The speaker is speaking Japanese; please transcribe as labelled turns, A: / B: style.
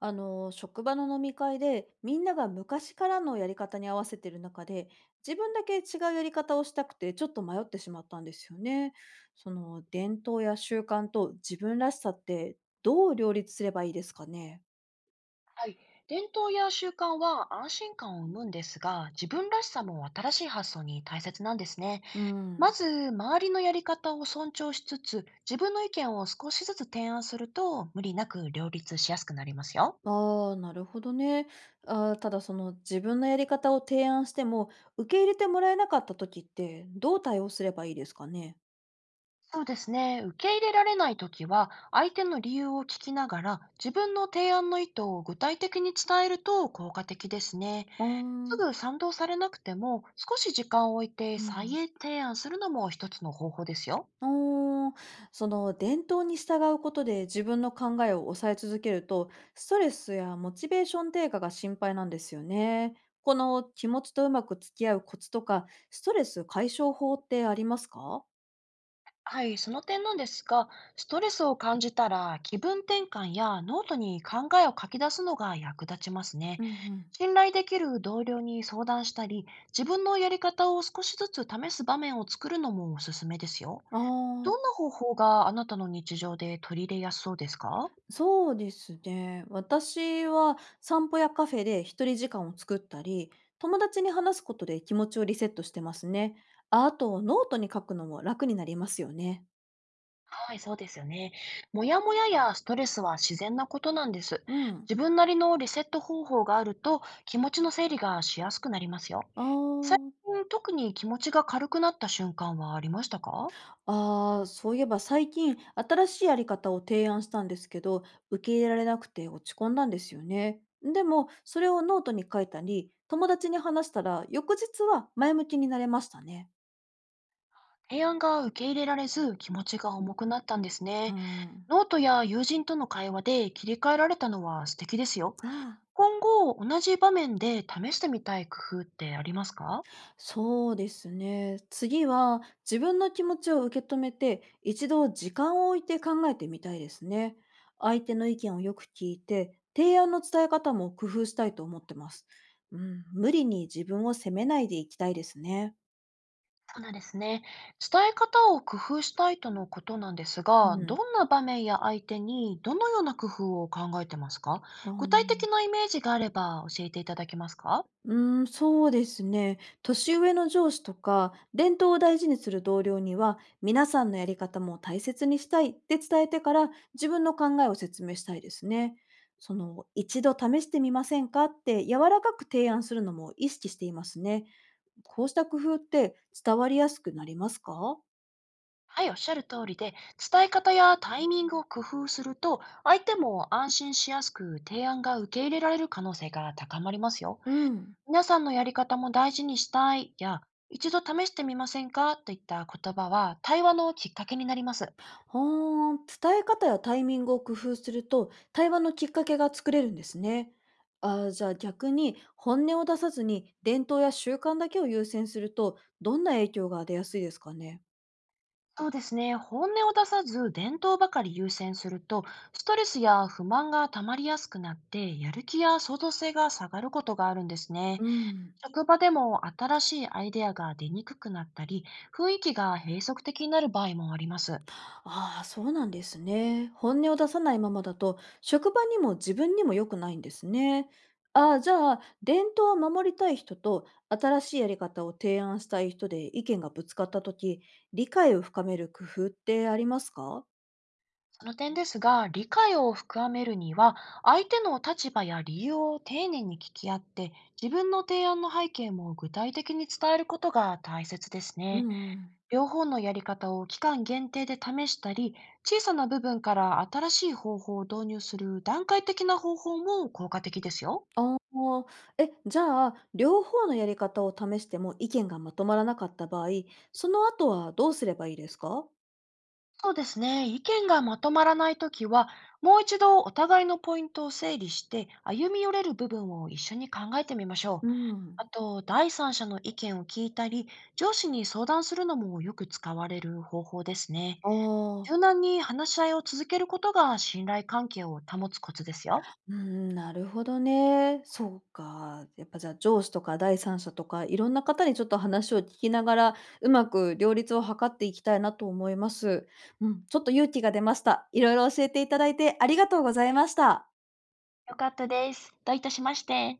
A: あの職場の飲み会でみんなが昔からのやり方に合わせてる中で自分だけ違うやり方をしたくてちょっと迷ってしまったんですよね。その伝統や習慣と自分らしさって、どう両立すればいいですかね。
B: はい。伝統や習慣は安心感を生むんですが、自分らしさも新しい発想に大切なんですね。
A: うん。
B: まず、周りのやり方を尊重しつつ、自分の意見を少しずつ提案すると、無理なく両立しやすくなりますよ。
A: ああ、なるほどね。ただ自分のやり方を提案しても受け入れてもらえなかった時って、どう対応すればいいですかね。
B: そうですね。受け入れられないときは、相手の理由を聞きながら、自分の提案の意図を具体的に伝えると効果的ですね。
A: あ
B: すぐ
A: あ、
B: 賛同されなくても、少し時間を置いて
A: う
B: 再
A: ん。
B: 提案するのも一つの方法ですよ。
A: おーその伝統に従うことで自分の考えを抑え続けると、ストレスやモチベーション低下が心配なんですよね。この気持ちとうまく付き合うコツとか、ストレス解消法ってありますか？
B: はい、その点なんですが、ストレスを感じたら気分転換やノートに考えを書き出すのが役立ちますね。
A: うんうん。
B: 信頼できる同僚に相談したり、自分のやり方を少しずつ試す場面を作るのもおすすめですよ。
A: ああ、
B: どんな方法があなたの日常で取り入れやすそうですか？
A: そうですね。私は散歩やカフェで一人時間を作ったり、友達に話すことで気持ちをリセットしてますね。ああ、とノートに書くのも楽になりますよね。
B: はい、そうですよね。もやもややストレスは自然なことなんです。
A: うん。
B: 自分なりのリセット方法があると気持ちの整理がしやすくなりますよ。
A: あ
B: 最
A: あ。
B: 近特に気持ちが軽くなった瞬間はありましたか？
A: ああ、そういえば最近、新しいやり方を提案したんですけど、受け入れられなくて落ち込んだんですよね。でも、それをノートに書いたり、友達に話したら、翌日は前向きになれましたね。
B: 提案が受け入れられず気持ちが重くなったんです
A: う
B: ね。
A: ん。
B: ノートや友人との会話で切り替えられたのは素敵ですよ。
A: ああ、
B: 今後同じ場面で試してみたい工夫ってありますか？
A: そうですね。次は自分の気持ちを受け止めて、一度時間を置いて考えてみたいですね。相手の意見をよく聞いて、提案の伝え方も工夫したいと思ってます。うん、無理に自分を責めないでいきたいですね。
B: そうなんですね。伝え方を工夫したいとのことなんです
A: う
B: が、
A: ん。
B: どんな場面や相手にどのような工夫を考えてますか？
A: あ
B: 具体
A: ー
B: 的なイメージがあれば教えていただけますか？
A: うそうですね。年上の上司とか、伝統を大事にする同僚には、皆さんのやり方も大切にしたいって伝えてから、自分の考えを説明したいですね。その、一度試してみませんかって柔らかく提案するのも意識していますね。こうした工夫って伝わりやすくなりますか？
B: はい、おっしゃる通りで、伝え方やタイミングを工夫すると、相手も安心しやすく提案が受け入れられる可能性が高まりますよ。
A: うん。
B: 皆さんのやり方も大事にしたいや、一度試してみませんかといった言葉は対話のきっかけになります。
A: はあ、伝え方やタイミングを工夫すると、対話のきっかけが作れるんですね。じゃあ逆に、本音を出さずに伝統や習慣だけを優先すると、どんな影響が出やすいですかね。
B: そうですね。本音を出さず、伝統ばかり優先すると、ストレスや不満が溜まりやすくなって、やる気や創造性が下がることがあるんですね。
A: うん。
B: 職場でも新しいアイデアが出にくくなったり、雰囲気が閉塞的になる場合もあります。
A: ああ、そうなんですね。本音を出さないままだと、職場にも自分にも良くないんですね。ああ、じゃあ、伝統を守りたい人と、新しいやり方を提案したい人で意見がぶつかったとき、理解を深める工夫ってありますか？
B: その点ですが、理解を深めるには、相手の立場や理由を丁寧に聞き合って、自分の提案の背景も具体的に伝えることが大切です
A: う
B: ね。
A: ん。
B: 両方のやり方を期間限定で試したり、小さな部分から新しい方法を導入する段階的な方法も効果的ですよ。
A: ああ、え、じゃあ、両方のやり方を試しても意見がまとまらなかった場合、その後はどうすればいいですか？
B: そうですね。意見がまとまらないときは、もう一度お互いのポイントを整理して、歩み寄れる部分を一緒に考えてみましょ
A: う
B: う。
A: ん。
B: あと、第三者の意見を聞いたり、上司に相談するのもよく使われる方法ですね。
A: ああ、
B: 柔軟に話し合いを続けることが信頼関係を保つコツですよ。
A: うん、なるほどね。そうか。やっぱじゃあ、上司とか第三者とか、いろんな方にちょっと話を聞きながら、うまく両立を図っていきたいなと思います。うん、ちょっと勇気が出ました。いろいろ教えていただいてありがとうございました。
B: 良かったです。どういたしまして。